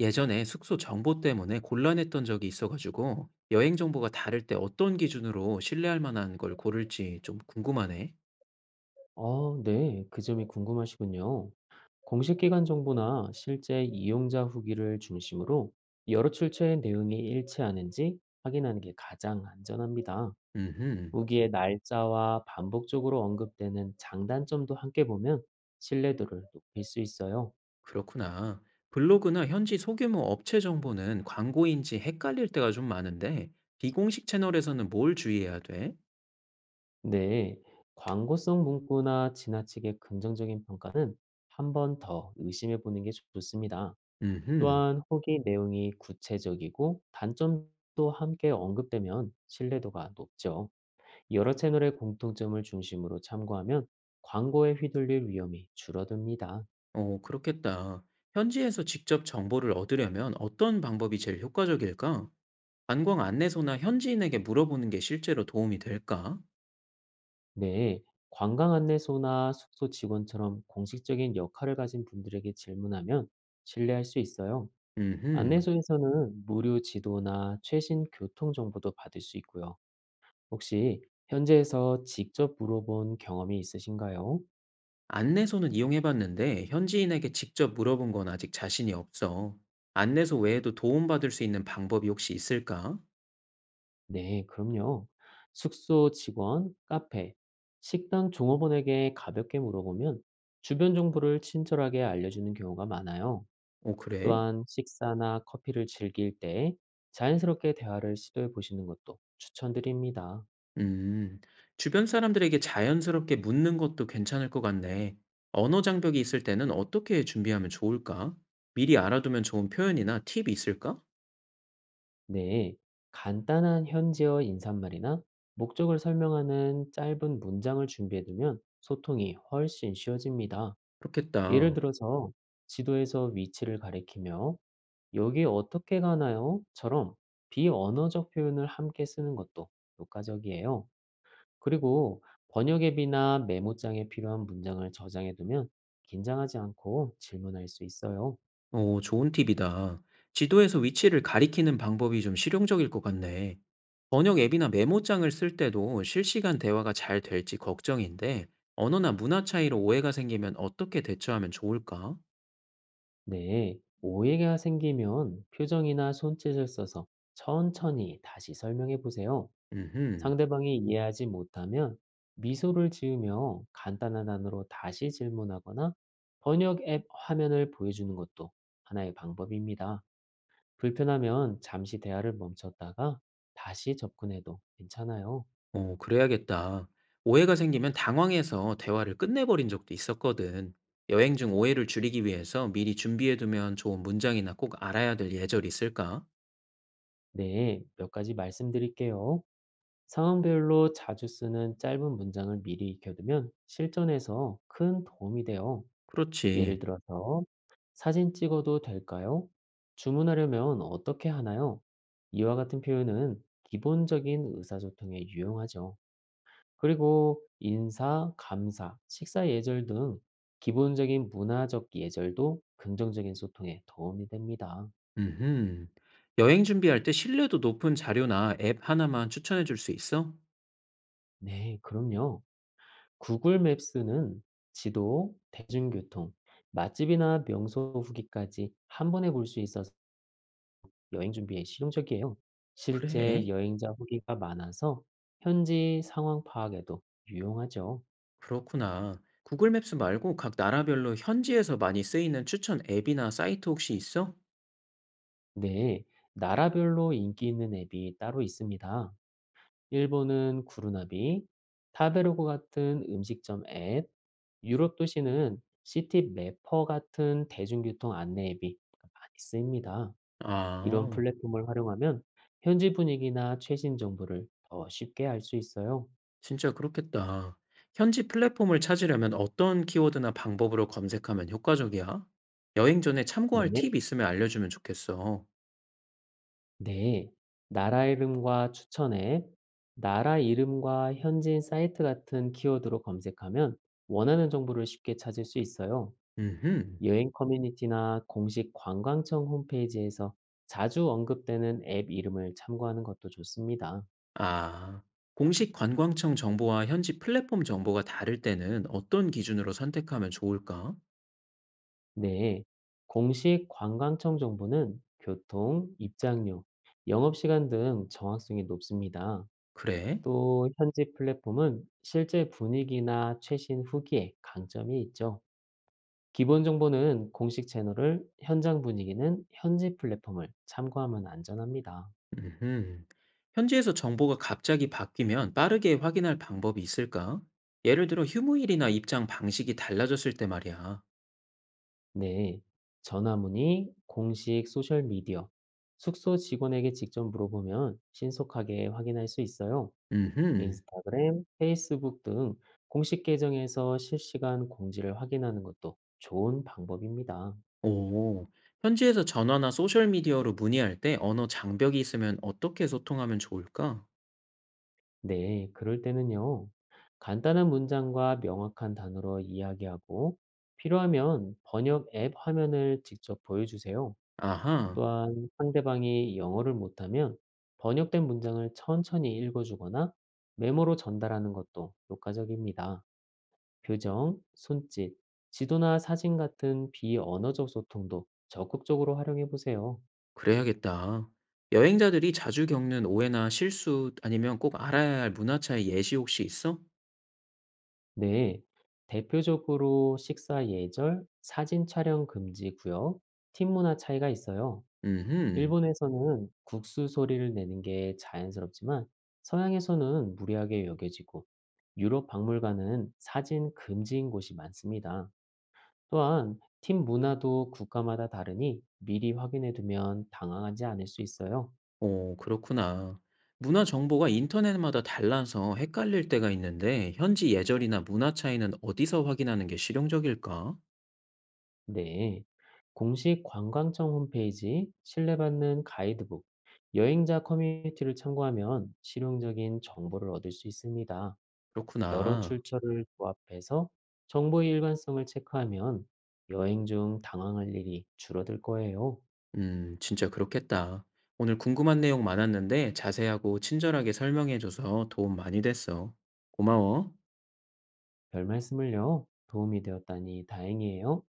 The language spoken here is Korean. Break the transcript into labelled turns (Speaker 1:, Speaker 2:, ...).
Speaker 1: 예전에 숙소 정보 때문에 곤란했던 적이 있어가지고 여행 정보가 다를 때 어떤 기준으로 신뢰할 만한 걸 고를지 좀 궁금하네.
Speaker 2: 네. 그 점이 궁금하시군요. 공식 기관 정보나 실제 이용자 후기를 중심으로 여러 출처의 내용이 일치하는지 확인하는 게 가장 안전합니다.
Speaker 1: 음,
Speaker 2: 후기의 날짜와 반복적으로 언급되는 장단점도 함께 보면 신뢰도를 높일 수 있어요.
Speaker 1: 그렇구나. 블로그나 현지 소규모 업체 정보는 광고인지 헷갈릴 때가 좀 많은데 비공식 채널에서는 뭘 주의해야 돼?
Speaker 2: 네. 광고성 문구나 지나치게 긍정적인 평가는 한번 더 의심해 보는 게 좋습니다.
Speaker 1: 음,
Speaker 2: 또한 후기 내용이 구체적이고 단점도 함께 언급되면 신뢰도가 높죠. 여러 채널의 공통점을 중심으로 참고하면 광고에 휘둘릴 위험이 줄어듭니다.
Speaker 1: 어, 그렇겠다. 현지에서 직접 정보를 얻으려면 어떤 방법이 제일 효과적일까? 관광 안내소나 현지인에게 물어보는 게 실제로 도움이 될까?
Speaker 2: 네. 관광 안내소나 숙소 직원처럼 공식적인 역할을 가진 분들에게 질문하면 신뢰할 수 있어요.
Speaker 1: 음,
Speaker 2: 안내소에서는 무료 지도나 최신 교통 정보도 받을 수 있고요. 혹시 현지에서 직접 물어본 경험이 있으신가요?
Speaker 1: 안내소는 이용해 봤는데 현지인에게 직접 물어본 건 아직 자신이 없어. 안내소 외에도 도움받을 수 있는 방법이 혹시 있을까?
Speaker 2: 네, 그럼요. 숙소 직원, 카페, 식당 종업원에게 가볍게 물어보면 주변 정보를 친절하게 알려주는 경우가 많아요.
Speaker 1: 오, 그래?
Speaker 2: 또한 식사나 커피를 즐길 때 자연스럽게 대화를 시도해 보시는 것도 추천드립니다.
Speaker 1: 음, 주변 사람들에게 자연스럽게 묻는 것도 괜찮을 것 같네. 언어 장벽이 있을 때는 어떻게 준비하면 좋을까? 미리 알아두면 좋은 표현이나 팁이 있을까?
Speaker 2: 네, 간단한 현지어 인사말이나 목적을 설명하는 짧은 문장을 준비해 두면 소통이 훨씬 쉬워집니다. 예를
Speaker 1: 그렇겠다.
Speaker 2: 들어서 지도에서 위치를 가리키며 "여기 어떻게 가나요?"처럼 비언어적 표현을 함께 쓰는 것도 효과적이에요. 그리고 번역 앱이나 메모장에 필요한 문장을 저장해 두면 긴장하지 않고 질문할 수 있어요.
Speaker 1: 오, 좋은 팁이다. 지도에서 위치를 가리키는 방법이 좀 실용적일 것 같네. 번역 앱이나 메모장을 쓸 때도 실시간 대화가 잘 될지 걱정인데, 언어나 문화 차이로 오해가 생기면 어떻게 대처하면 좋을까?
Speaker 2: 네, 오해가 생기면 표정이나 손짓을 써서 천천히 다시 설명해 보세요.
Speaker 1: 음흠,
Speaker 2: 상대방이 이해하지 못하면 미소를 지으며 간단한 단어로 다시 질문하거나 번역 앱 화면을 보여주는 것도 하나의 방법입니다. 불편하면 잠시 대화를 멈췄다가 다시 접근해도 괜찮아요.
Speaker 1: 어, 그래야겠다. 오해가 생기면 당황해서 대화를 끝내버린 적도 있었거든. 여행 중 오해를 줄이기 위해서 미리 준비해두면 좋은 문장이나 꼭 알아야 될 예절이 있을까?
Speaker 2: 네, 몇 가지 말씀드릴게요. 상황별로 자주 쓰는 짧은 문장을 미리 익혀두면 실전에서 큰 도움이 돼요. 예를
Speaker 1: 그렇지.
Speaker 2: 들어서, 사진 찍어도 될까요? 주문하려면 어떻게 하나요? 이와 같은 표현은 기본적인 의사소통에 유용하죠. 그리고 인사, 감사, 식사 예절 등 기본적인 문화적 예절도 긍정적인 소통에 도움이 됩니다.
Speaker 1: 음흠. 여행 준비할 때 신뢰도 높은 자료나 앱 하나만 추천해줄 수 있어?
Speaker 2: 네, 그럼요. 구글 맵스는 지도, 대중교통, 맛집이나 명소 후기까지 한 번에 볼 수 있어서 여행 준비에 실용적이에요. 실제
Speaker 1: 그래.
Speaker 2: 여행자 후기가 많아서 현지 상황 파악에도 유용하죠.
Speaker 1: 그렇구나. 구글 맵스 말고 각 나라별로 현지에서 많이 쓰이는 추천 앱이나 사이트 혹시 있어?
Speaker 2: 네, 나라별로 인기 있는 앱이 따로 있습니다. 일본은 구루나비, 타베로그 같은 음식점 앱, 유럽 도시는 시티 매퍼 같은 대중교통 안내 앱이 많이 쓰입니다. 이런
Speaker 1: 아,
Speaker 2: 플랫폼을 활용하면 현지 분위기나 최신 정보를 더 쉽게 알 수 있어요.
Speaker 1: 진짜 그렇겠다. 현지 플랫폼을 찾으려면 어떤 키워드나 방법으로 검색하면 효과적이야? 여행 전에 참고할
Speaker 2: 네.
Speaker 1: 팁 있으면 알려주면 좋겠어.
Speaker 2: 네. 나라 이름과 추천 앱, 나라 이름과 현지인 사이트 같은 키워드로 검색하면 원하는 정보를 쉽게 찾을 수 있어요.
Speaker 1: 음흠.
Speaker 2: 여행 커뮤니티나 공식 관광청 홈페이지에서 자주 언급되는 앱 이름을 참고하는 것도 좋습니다.
Speaker 1: 아, 공식 관광청 정보와 현지 플랫폼 정보가 다를 때는 어떤 기준으로 선택하면 좋을까?
Speaker 2: 네. 공식 관광청 정보는 교통, 입장료, 영업시간 등 정확성이 높습니다.
Speaker 1: 그래?
Speaker 2: 또 현지 플랫폼은 실제 분위기나 최신 후기에 강점이 있죠. 기본 정보는 공식 채널을, 현장 분위기는 현지 플랫폼을 참고하면 안전합니다.
Speaker 1: 음흠. 현지에서 정보가 갑자기 바뀌면 빠르게 확인할 방법이 있을까? 예를 들어 휴무일이나 입장 방식이 달라졌을 때 말이야.
Speaker 2: 네, 전화문의, 공식 소셜미디어, 숙소 직원에게 직접 물어보면 신속하게 확인할 수 있어요.
Speaker 1: 음흠.
Speaker 2: 인스타그램, 페이스북 등 공식 계정에서 실시간 공지를 확인하는 것도 좋은 방법입니다.
Speaker 1: 오. 현지에서 전화나 소셜미디어로 문의할 때 언어 장벽이 있으면 어떻게 소통하면 좋을까?
Speaker 2: 네, 그럴 때는요. 간단한 문장과 명확한 단어로 이야기하고 필요하면 번역 앱 화면을 직접 보여주세요.
Speaker 1: 아하,
Speaker 2: 또한 상대방이 영어를 못하면 번역된 문장을 천천히 읽어주거나 메모로 전달하는 것도 효과적입니다. 표정, 손짓, 지도나 사진 같은 비언어적 소통도 적극적으로 활용해 보세요.
Speaker 1: 그래야겠다. 여행자들이 자주 겪는 오해나 실수 아니면 꼭 알아야 할 문화 차이 예시 혹시 있어?
Speaker 2: 네. 대표적으로 식사 예절, 사진 촬영 금지 구역, 팀 문화 차이가 있어요.
Speaker 1: 음흠.
Speaker 2: 일본에서는 국수 소리를 내는 게 자연스럽지만 서양에서는 무례하게 여겨지고 유럽 박물관은 사진 금지인 곳이 많습니다. 또한 팀 문화도 국가마다 다르니 미리 확인해 두면 당황하지 않을 수 있어요.
Speaker 1: 오, 그렇구나. 문화 정보가 인터넷마다 달라서 헷갈릴 때가 있는데, 현지 예절이나 문화 차이는 어디서 확인하는 게 실용적일까?
Speaker 2: 네. 공식 관광청 홈페이지, 신뢰받는 가이드북, 여행자 커뮤니티를 참고하면 실용적인 정보를 얻을 수 있습니다. 여러
Speaker 1: 그렇구나.
Speaker 2: 출처를 조합해서 정보의 일관성을 체크하면 여행 중 당황할 일이 줄어들 거예요.
Speaker 1: 진짜 그렇겠다. 오늘 궁금한 내용 많았는데, 자세하고 친절하게 설명해줘서 도움 많이 됐어. 고마워.
Speaker 2: 별 말씀을요. 도움이 되었다니 다행이에요.